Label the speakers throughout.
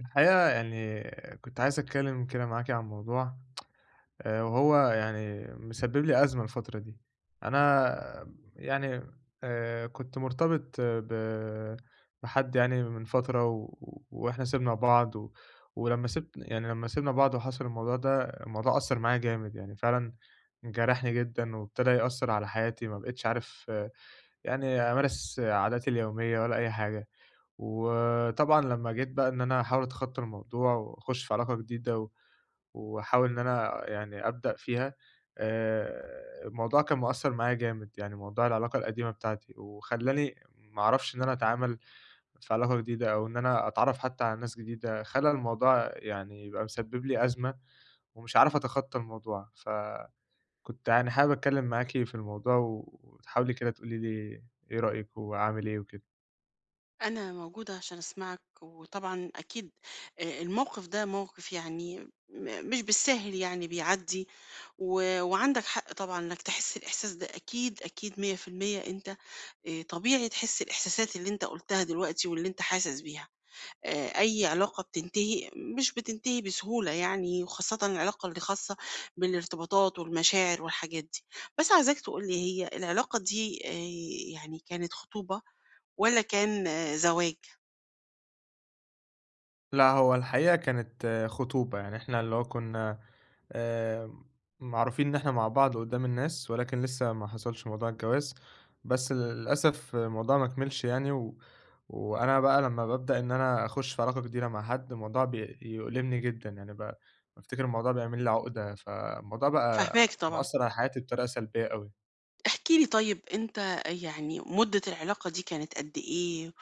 Speaker 1: الحقيقة يعني كنت عايز أتكلم كده معاكِ عن موضوع، وهو يعني مسبب لي أزمة الفترة دي. أنا يعني كنت مرتبط بحد يعني من فترة، وإحنا سِبنا بعض، و ولمّا سِبت يعني لمّا سِبنا بعض وحصل الموضوع ده، الموضوع أثّر معايا جامد، يعني فعلًا جرحني جدًا وابتدى يأثّر على حياتي، ما بقيتش عارف يعني أمارس عاداتي اليومية ولا أي حاجة. وطبعًا لمّا جيت بقى إن أنا أحاول أتخطى الموضوع وأخش في علاقة جديدة، و وأحاول إن أنا يعني أبدأ فيها، الموضوع كان مأثّر معايا جامد، يعني موضوع العلاقة القديمة بتاعتي، وخلّاني ما أعرفش إن أنا أتعامل في علاقة جديدة أو إن أنا أتعرّف حتى على ناس جديدة، خلّى الموضوع يعني يبقى مسبب لي أزمة ومش عارف أتخطى الموضوع، فكنت يعني حابب أتكلّم معاكِ في الموضوع، و- وتحاولي كده تقولي لي إيه رأيِك وأعمل إيه وكده.
Speaker 2: أنا موجودة عشان أسمعك، وطبعًا أكيد الموقف ده موقف يعني مش بالساهل يعني بيعدّي، وعندك حق طبعًا إنك تحس الإحساس ده أكيد، أكيد 100% أنت طبيعي تحس الإحساسات اللي أنت قُلتها دلوقتي واللي أنت حاسس بيها، أي علاقة بتنتهي مش بتنتهي بسهولة يعني، وخاصةً العلاقة اللي خاصة بالارتباطات والمشاعر والحاجات دي. بس عايزاك تقول لي هي العلاقة دي يعني كانت خطوبة والّا كان زواج؟
Speaker 1: لأ، هو الحقيقة كانت خطوبة، يعني إحنا اللي هو كنا آآ معروفين إن إحنا مع بعض قدّام الناس، ولكن لسه ما حصلش موضوع الجواز، بس للأسف الموضوع ما كملش يعني، و وأنا بقى لمّا بابدأ إن أنا أخش في علاقة جديدة مع حد، الموضوع بيؤلمني جدًا، يعني بافتكر الموضوع بيعمل لي عقدة، فالموضوع بقى
Speaker 2: فاهماك طبعًا.
Speaker 1: مأثّر على حياتي بطريقة سلبية أوي.
Speaker 2: احكِ لي طيب أنت يعني مدة العلاقة دي كانت قد إيه،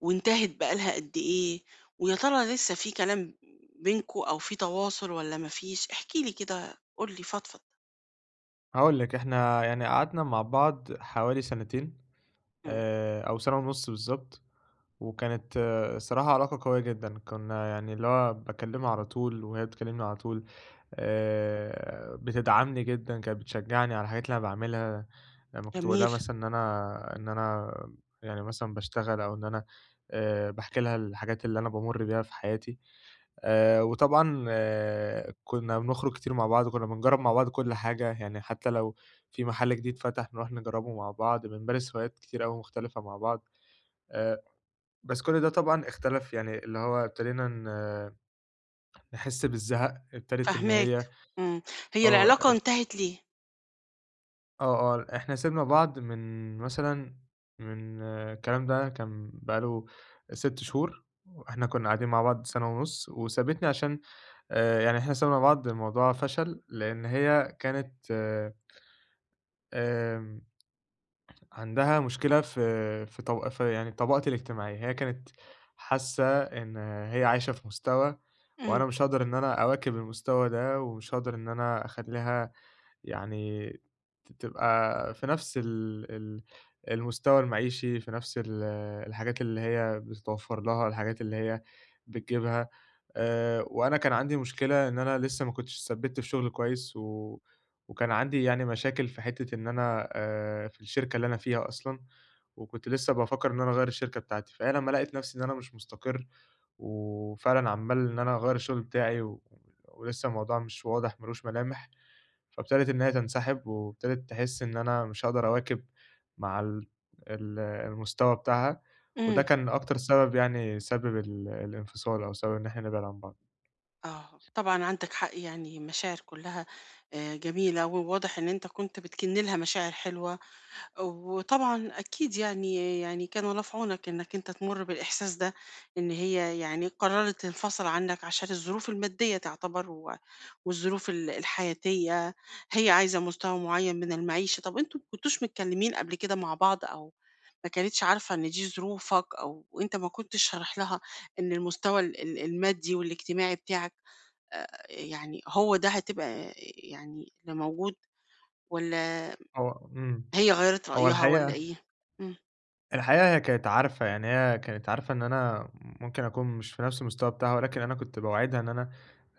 Speaker 2: وانتهت بقى لها قد إيه، ويا ترى لسه في كلام بينكم أو في تواصل والّا ما فيش؟ احكِ لي كده، قُل لي فضفض.
Speaker 1: هاقول لك، إحنا يعني قعدنا مع بعض حوالي سنتين،
Speaker 2: إمم،
Speaker 1: أو سنة ونُص بالضبط. وكانت الصراحة علاقة قوية جدًا، كنا يعني اللي هو باكلمها على طول وهي بتكلمني على طول، بتدعمني جدًا، كانت بتشجعني على الحاجات اللي أنا باعملها، لمّا كنت باقول لها
Speaker 2: جميل،
Speaker 1: مثلًا إن أنا يعني مثلًا باشتغل أو إن أنا باحكي لها الحاجات اللي أنا بامُر بيها في حياتي، وطبعًا كنا بنخرج كتير مع بعض، كنا بنجرّب مع بعض كل حاجة، يعني حتى لو في محل جديد فتح نروح نجرّبه مع بعض، بنمارس هوايات كتير أوي مختلفة مع بعض. آآ بس كل ده طبعًا اختلف، يعني اللي هو ابتدينا نحس بالزهق، ابتدت إن
Speaker 2: فاهماك،
Speaker 1: هي
Speaker 2: إمم. هي العلاقة
Speaker 1: آه،
Speaker 2: انتهت ليه؟
Speaker 1: إحنا سِبنا بعض من مثلًا من الكلام ده كان بقى له 6 شهور، وإحنا كنا قاعدين مع بعض سَنة ونُص، وسابتني عشان يعني إحنا سِبنا بعض الموضوع فشل، لإن هي كانت آمم عندها مشكلة في طبقتي الاجتماعية، هي كانت حاسة إن هي عايشة في مستوى،
Speaker 2: إمم،
Speaker 1: وأنا مش هاقدر إن أنا أواكب المستوى ده، ومش هاقدر إن أنا أخلّيها يعني تبقى في نفس ال المستوى المعيشي، في نفس الحاجات اللي هي بتتوفّر لها، الحاجات اللي هي بتجيبها. وأنا كان عندي مشكلة إن أنا لسه ما كنتش اتثبِّت في شغل كويس، و وكان عندي يعني مشاكل في حتّة إن أنا في الشركة اللي أنا فيها أصلًا، وكنت لسه بافكّر إن أنا أغيّر الشركة بتاعتي، فهي لمّا لقيت نفسي إن أنا مش مستقر وفعلًا عمّال إن أنا أغيّر الشغل بتاعي، و ولسه الموضوع مش واضح، ما لوش ملامح، فابتدت إن هي تنسحب، وابتدت تحس إن أنا مش هاقدر أواكب مع ال المستوى بتاعها، وده
Speaker 2: إمم،
Speaker 1: كان أكتر سبب، يعني سبب الانفصال، أو سبب إن إحنا نبعد عن بعض.
Speaker 2: آه، طبعًا عندك حق يعني مشاعر كلها جميلة، وواضح إن أنت كنت بتكِن لها مشاعر حلوة وطبعًا أكيد يعني كان الله في عونك إنك أنت تمُر بالإحساس ده، إن هي يعني قرّرت تنفصل عنك عشان الظروف المادية تعتبر والظروف الحياتية، هي عايزة مستوى معيّن من المعيشة، طَب أنتم ما كنتوش متكلمين قبل كده مع بعض أو ما كانتش عارفة إن دي ظروفك أو أنت ما كنتش شارح لها إن المستوى ال المادي والاجتماعي بتاعك يعني هو ده هتبقى يعني اللي موجود والّا
Speaker 1: هو إمم،
Speaker 2: هي غيّرت
Speaker 1: هو
Speaker 2: رأيها والّا
Speaker 1: الحقيقة
Speaker 2: إيه؟ إمم،
Speaker 1: الحقيقة هي كانت عارفة، يعني هي كانت عارفة إن أنا ممكن أكون مش في نفس المستوى بتاعها، ولكن أنا كنت باوعدها إن أنا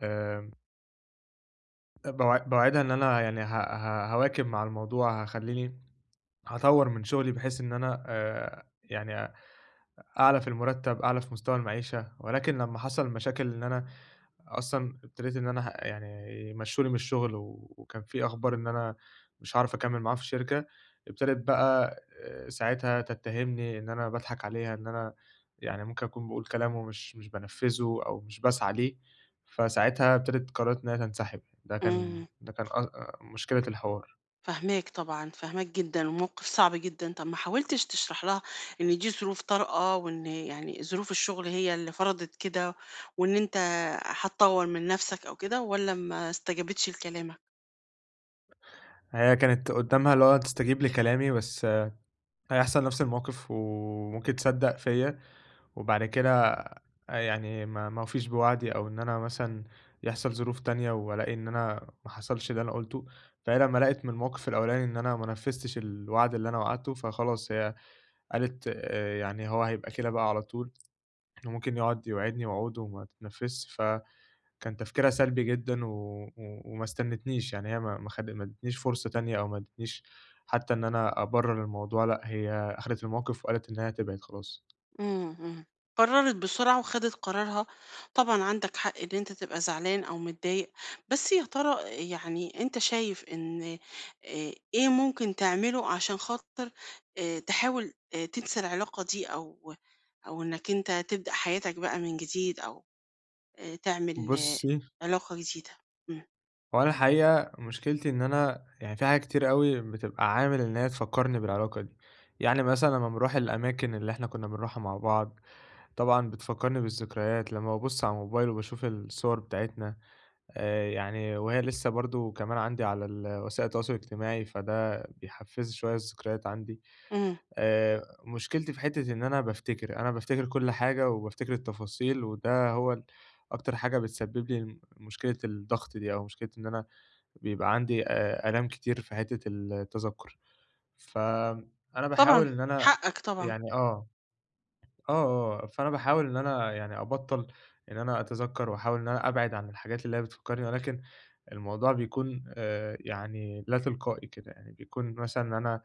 Speaker 1: آآ، باوعدها إن أنا يعني ه ه هاواكب مع الموضوع، هاطوّر من شغلي بحيث إن أنا يعني أعلى في المرتب، أعلى في مستوى المعيشة، ولكن لمّا حصل مشاكل إن أنا أصلًا ابتديت إن أنا يعني يمشّوني من الشغل، و- وكان في أخبار إن أنا مش هاعرف أكمّل معاهم في الشركة، ابتدت بقى ساعتها تتهمني إن أنا باضحك عليها، إن أنا يعني ممكن أكون باقول كلام ومش مش بانفّذه أو مش باسعى ليه، فساعتها قررت إن هي تنسحب، ده كان
Speaker 2: إمم،
Speaker 1: ده كان أ آه، مشكلة الحوار.
Speaker 2: فاهماك طبعًا، فاهماك جدًا، وموقف صعب جدًا. طَب ما حاولتش تشرح لها إن دي ظروف طارئة، وإن يعني ظروف الشغل هي اللي فرضت كده، وإن أنت هتطوّر من نَفْسك أو كده، والّا ما استجابتش لكلامك؟
Speaker 1: هي كانت قدّامها اللي هو تستجيب لكلامي، بس هيحصل نفس الموقف وممكن تصدّق فيّا. وبعد كده يعني ما أوفيش بوعدي أو إن أنا مثلًا يحصل ظروف تانية وألاقي إن أنا ما حصلش اللي أنا قُلته، فهي لمّا لقِت من الموقِف الأولاني إن أنا ما نفّذتش الوعد اللي أنا وعدته، فخلاص هي قالت يعني هو هيبقى كده بقى على طول، وممكن يقعد يوعدني وعوده وما تتنفّذش، فكان تفكيرها سلبي جدًا، و و وما استنِّتنيش، يعني هي ما ادّتنيش فرصة تانية أو ما ادّتنيش حتّى إن أنا أبرّر الموضوع، لأ، هي أخدت الموقِف وقالت إن هي هتبعد خلاص.
Speaker 2: إمم، إمم. قرّرت بسرعة وخدت قرارها، طبعًا عندك حق إن أنت تبقى زعلان أو متضايق، بس يا ترى يعني أنت شايف إن إيه ممكن تعمله عشان خاطر تحاول تنسى العلاقة دي أو إنك أنت تبدأ حياتك بقى من جديد أو تعمل
Speaker 1: بُصّي،
Speaker 2: علاقة جديدة؟ إمم،
Speaker 1: هو أنا الحقيقة مشكلتي إن أنا يعني في حاجات كتير أوي بتبقى عامل إن هي تفكّرني بالعلاقة دي، يعني مثلًا لمّا باروح الأماكن اللي إحنا كنا بنروحها مع بعض، طبعًا بتفكّرني بالذكريات، لمّا بابُص على الموبايل وباشوف الصور بتاعتنا، يعني وهي لسه برضه كمان عندي على وسائل التواصل الاجتماعي، فده بيحفّز شوية الذكريات عندي،
Speaker 2: إمم،
Speaker 1: مشكلتي في حتّة إن أنا بافتكر، أنا بافتكر كل حاجة وبافتكر التفاصيل، وده هو أكتر حاجة بتسبب لي مشكلة الضغط دي، أو مشكلة إن أنا بيبقى عندي آلام كتير في حتّة التذكُّر، فأنا
Speaker 2: طبعًا،
Speaker 1: باحاول إن أنا
Speaker 2: حقك طبعًا،
Speaker 1: يعني أبطّل إن أنا أتذكّر وأحاول إن أنا أبعد عن الحاجات اللي هي بتفكّرني، ولكن الموضوع بيكون يعني لا تلقائي كده، يعني بيكون مثلًا إن أنا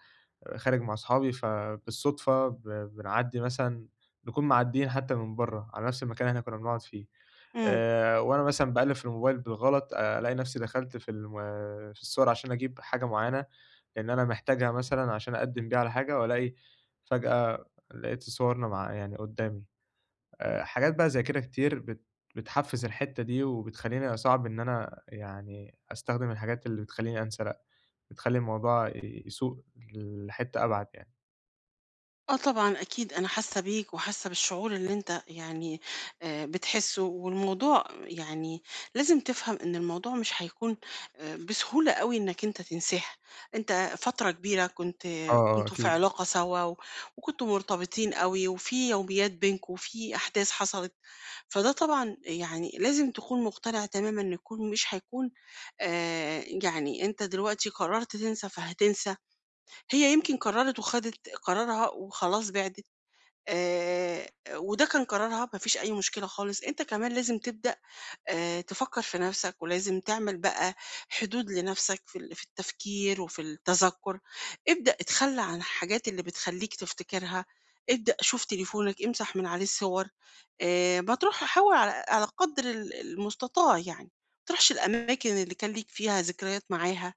Speaker 1: خارج مع أصحابي فبالصُدفة بنعدّي مثلًا نكون معدّيين حتى من برّه على نَفْس المكان اللي إحنا كُنّا بنقعد فيه.
Speaker 2: إمم.
Speaker 1: وأنا مثلًا باقلِّب في الموبايل بالغلط ألاقي نَفْسي دخلت في في الصور عشان أجيب حاجة معيّنة، لإن أنا محتاجها مثلًا عشان أقدِّم بيها على حاجة وألاقي فجأة لقيت صورنا مع يعني قُدّامي. حاجات بقى زي كده كتير بتحفّز الحتّة دي وبتخلّيني أصعّب إن أنا يعني أستخدم الحاجات اللي بتخلّيني أنسى لأ، بتخلّي الموضوع يسوء لحتّة أبعد يعني.
Speaker 2: آه طبعًا أكيد أنا حاسة بيك وحاسة بالشعور اللي أنت يعني بتحسه، والموضوع يعني لازم تفهم إن الموضوع مش هيكون بسهولة أوي إنك أنت تنساها، أنت فترة كبيرة كنت
Speaker 1: آه، آه
Speaker 2: كنتم في
Speaker 1: أكيد.
Speaker 2: علاقة سوا وكنتم مرتبطين أوي وفي يوميات بينكم وفي أحداث حصلت، فده طبعًا يعني لازم تكون مقتنع تمامًا إن يكون مش هيكون يعني أنت دلوقتي قررت تنسى فهتنسى، هي يمكن قررت وخدت قرارها وخلاص بعدِت. آآ وده كان قرارها، ما فيش أي مشكلة خالص، أنت كمان لازم تبدأ تفكّر في نَفْسك ولازم تعمل بقى حدود لنَفْسك في في التفكير وفي التذكُّر، ابدأ اتخلّى عن الحاجات اللي بتخلّيك تفتكرها، ابدأ شوف تليفونك، امسح من عليه الصور، ما تروح حاول على قدر المستطاع يعني، ما تروحش الأماكن اللي كان ليك فيها ذكريات معاها.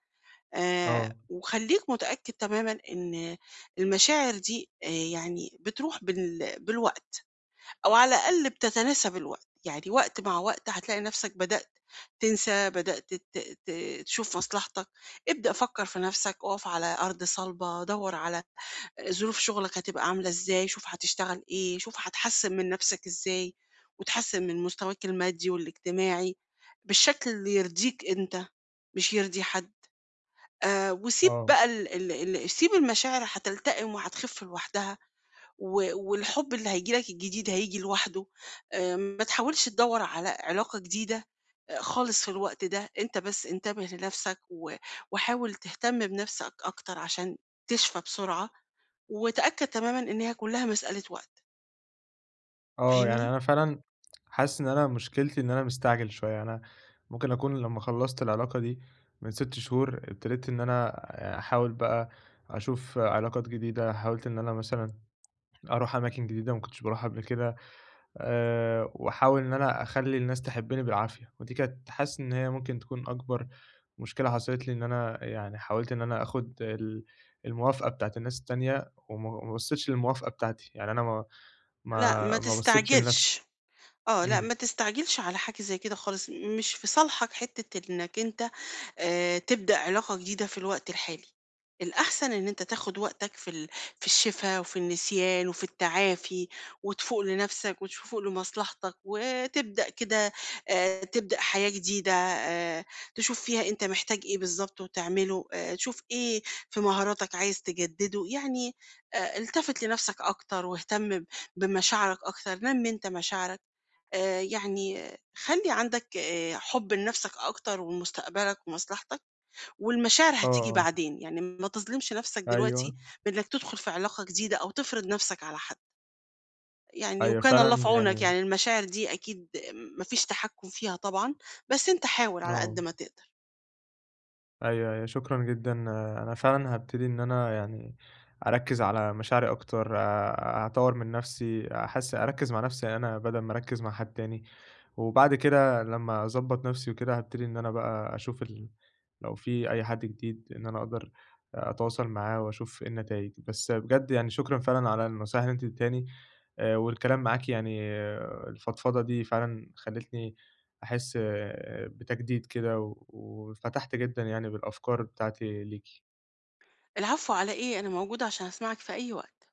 Speaker 1: آه،
Speaker 2: وخلّيك متأكد تمامًا إن المشاعر دي يعني بتروح بالوقت أو على الأقل بتتناسب الوقت، يعني وقت مع وقت هتلاقي نَفْسك بدأت تنسى، بدأت ت ت تشوف مصلحتك، ابدأ فكّر في نَفْسك، اقف على أرض صلبة، دَوّر على ظروف شغلك هتبقى عاملة إزاي، شوف هتشتغل إيه، شوف هتحسّن من نَفْسك إزاي وتحسّن من مستواك المادي والاجتماعي بالشكل اللي يرضيك أنت، مش يرضي حد. وسيب
Speaker 1: آه.
Speaker 2: بقى ال ال ال سيب المشاعر هتلتئم وهتخف لوحدها، والحب اللي هييجي لك الجديد هييجي لوحده، ما تحاولش تدوّر على علاقة جديدة خالص في الوقت ده، أنت بس انتبه لنفسك وحاول تهتم بنفسك أكتر عشان تشفى بسرعة، وتأكد تمامًا إن هي كلّها مسألة وقت،
Speaker 1: آه، يعني
Speaker 2: فاهمني؟
Speaker 1: أنا فعلًا حاسس إن أنا مشكلتي إن أنا مستعجل شوية، أنا ممكن أكون لمّا خلّصت العلاقة دي من 6 شهور، ابتديت إن أنا أحاول بقى أشوف علاقات جديدة، حاولت إن أنا مثلًا أروح أماكن جديدة ما كنتش باروحها قبل كده، وأحاول إن أنا أخلّي الناس تحبني بالعافية، ودي كانت حاسس إن هي ممكن تكون أكبر مشكلة حصلت لي، إن أنا يعني حاولت إن أنا آخد الموافقة بتاعة الناس التانية، وما ما بصيتش للموافقة بتاعتي، يعني أنا ما
Speaker 2: لأ،
Speaker 1: ما
Speaker 2: ما
Speaker 1: ما بصيتش
Speaker 2: تستعجلش.
Speaker 1: لنفسي.
Speaker 2: آه، لأ،
Speaker 1: إمم.
Speaker 2: ما تستعجلش على حاجة زي كده خالص، مش في صالحك حتّة إنّك أنت تبدأ علاقة جديدة في الوقت الحالي، الأحسن إن أنت تاخُد وقتك في في الشفا وفي النسيان وفي التعافي وتفوق لنَفْسك وتفوق لمصلحتك وتبدأ كده تبدأ حياة جديدة تشوف فيها أنت محتاج إيه بالضبط وتعمله، تشوف إيه في مهاراتك عايز تجدّده، يعني التفت لنَفْسك أكتر واهتم بمشاعرك أكتر، نمّي أنت مشاعرك. يعني خلّي عندك حُب لنَفْسك أكتر ولمستقبلك ومصلحتك، والمشاعر
Speaker 1: آه،
Speaker 2: هتيجي
Speaker 1: آه،
Speaker 2: بعدين، يعني ما تظلمش نَفْسك دلوقتي
Speaker 1: أيوه،
Speaker 2: بإنّك تدخُل في علاقة جديدة أو تفرض نَفْسك على حد، يعني
Speaker 1: أيوه
Speaker 2: وكان الله
Speaker 1: فعلًا
Speaker 2: في عونك،
Speaker 1: يعني
Speaker 2: يعني المشاعر دي أكيد ما فيش تحكُّم فيها طبعًا، بس أنت حاول على
Speaker 1: آه،
Speaker 2: قد ما تقدر.
Speaker 1: أيوه، أيوه شكرًا جدًا، آه، أنا فعلًا هابتدي إن أنا يعني أركّز على مشاعري أكتر، أطوّر من نَفْسي، أركّز مع نَفْسي أنا بدل ما أركّز مع حد تاني، وبعد كده لمّا أضبّط نَفْسي وكده هابتدي إن أنا بقى أشوف لو في أي حد جديد إن أنا أقدر أتواصل معاه وأشوف إيه النتايج، بس بجد يعني شكرًا فعلًا على النصايح اللي أنتِ اديتيهاني، والكلام معاكِ يعني الفضفضة دي فعلًا خلّتني أحس بتجديد كده، و واتفتحت جدًا يعني بالأفكار بتاعتي ليه.
Speaker 2: العفو على إيه، أنا موجودة عشان أسمعك في أي وقت.